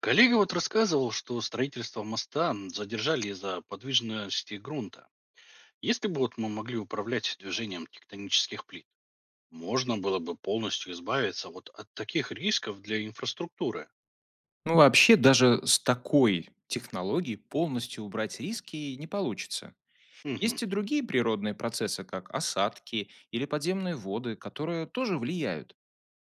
Коллега вот рассказывал, что строительство моста задержали из-за подвижности грунта. Если бы вот мы могли управлять движением тектонических плит, можно было бы полностью избавиться вот от таких рисков для инфраструктуры. Ну, вообще, даже с такой технологией полностью убрать риски не получится. Мгм, Есть и другие природные процессы, как осадки или подземные воды, которые тоже влияют.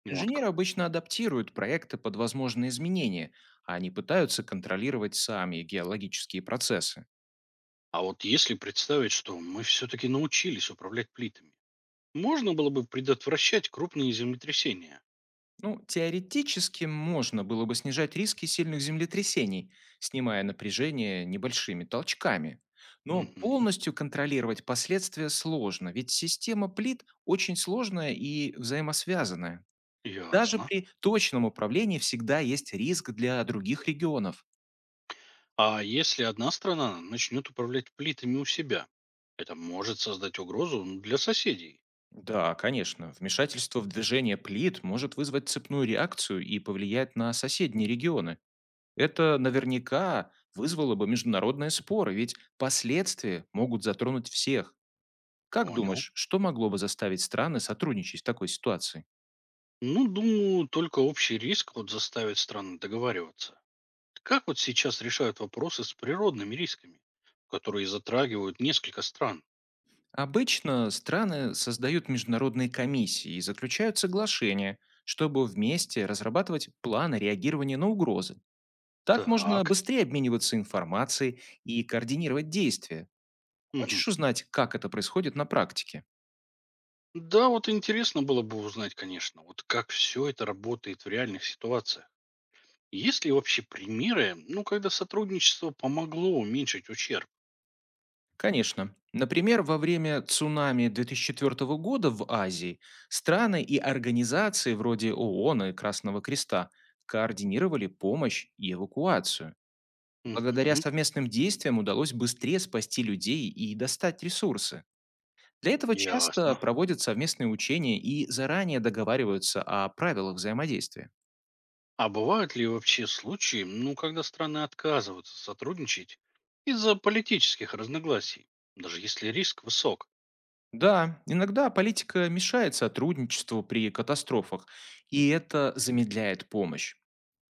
вот Инженеры как. обычно адаптируют проекты под возможные изменения, а они пытаются контролировать сами геологические процессы. А вот если представить, что мы все-таки научились управлять плитами, можно было бы предотвращать крупные землетрясения. Ну, теоретически можно было бы снижать риски сильных землетрясений, снимая напряжение небольшими толчками. Но Мгм, полностью контролировать последствия сложно, ведь система плит очень сложная и взаимосвязанная. Даже ясно. при точном управлении всегда есть риск для других регионов. А если одна страна начнет управлять плитами у себя, это может создать угрозу для соседей. Да, конечно, вмешательство в движение плит может вызвать цепную реакцию и повлиять на соседние регионы. Это наверняка вызвало бы международные споры, ведь последствия могут затронуть всех. Как Понял. думаешь, что могло бы заставить страны сотрудничать в такой ситуации? Ну, думаю, только общий риск вот заставит страны договариваться. Как вот сейчас решают вопросы с природными рисками, которые затрагивают несколько стран? Обычно страны создают международные комиссии и заключают соглашения, чтобы вместе разрабатывать планы реагирования на угрозы. Так можно Так, быстрее обмениваться информацией и координировать действия. мгм. Хочешь узнать, как это происходит на практике? Да, вот интересно было бы узнать, конечно, вот как все это работает в реальных ситуациях. Есть ли вообще примеры, ну, когда сотрудничество помогло уменьшить ущерб? Конечно. Например, во время цунами 2004 года в Азии страны и организации вроде ООН и Красного Креста координировали помощь и эвакуацию. Благодаря Угу, совместным действиям удалось быстрее спасти людей и достать ресурсы. Для этого часто ясно. проводят совместные учения и заранее договариваются о правилах взаимодействия. А бывают ли вообще случаи, ну, когда страны отказываются сотрудничать из-за политических разногласий, даже если риск высок? Да, иногда политика мешает сотрудничеству при катастрофах, и это замедляет помощь.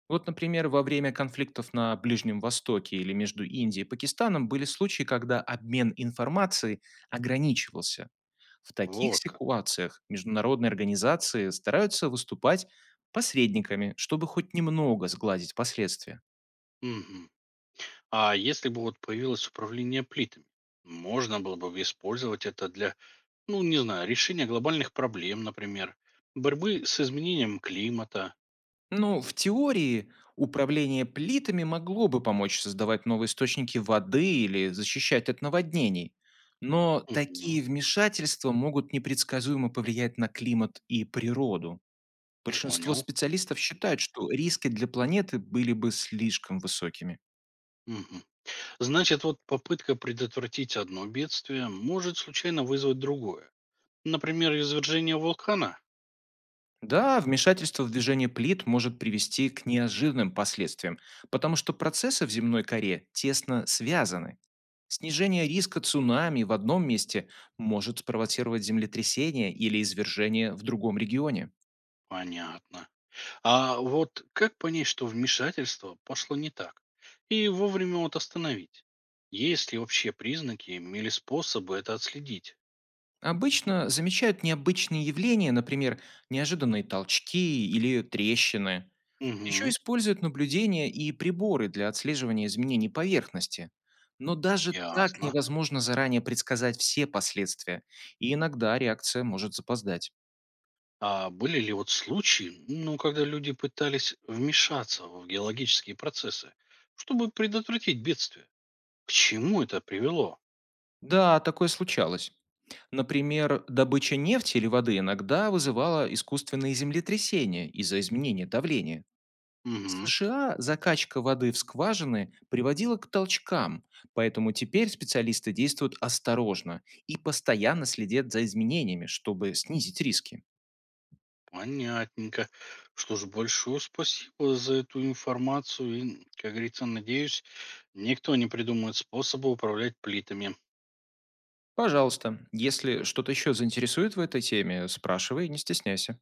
Вот, например, во время конфликтов на Ближнем Востоке или между Индией и Пакистаном были случаи, когда обмен информацией ограничивался. В таких Вот как. ситуациях международные организации стараются выступать посредниками, чтобы хоть немного сгладить последствия. Мгм. А если бы вот появилось управление плитами, можно было бы использовать это для, ну, не знаю, решения глобальных проблем, например, борьбы с изменением климата. Ну, в теории управление плитами могло бы помочь создавать новые источники воды или защищать от наводнений. Но Мгм. такие вмешательства могут непредсказуемо повлиять на климат и природу. Большинство Понял. специалистов считают, что риски для планеты были бы слишком высокими. Мгм. Значит, вот попытка предотвратить одно бедствие может случайно вызвать другое. Например, извержение вулкана? Да, вмешательство в движение плит может привести к неожиданным последствиям, потому что процессы в земной коре тесно связаны. Снижение риска цунами в одном месте может спровоцировать землетрясение или извержение в другом регионе. Понятно. А вот как понять, что вмешательство пошло не так? И вовремя вот остановить? Есть ли вообще признаки или способы это отследить? Обычно замечают необычные явления, например, неожиданные толчки или трещины. Еще Угу, используют наблюдения и приборы для отслеживания изменений поверхности. Но даже так ясно. невозможно заранее предсказать все последствия, и иногда реакция может запоздать. А были ли вот случаи, ну, когда люди пытались вмешаться в геологические процессы, чтобы предотвратить бедствие? К чему это привело? Да, такое случалось. Например, добыча нефти или воды иногда вызывала искусственные землетрясения из-за изменения давления. В Угу. США закачка воды в скважины приводила к толчкам, поэтому теперь специалисты действуют осторожно и постоянно следят за изменениями, чтобы снизить риски. Понятненько. Что ж, большое спасибо за эту информацию. И, как говорится, надеюсь, никто не придумает способа управлять плитами. Пожалуйста, если что-то еще заинтересует в этой теме, спрашивай, не стесняйся.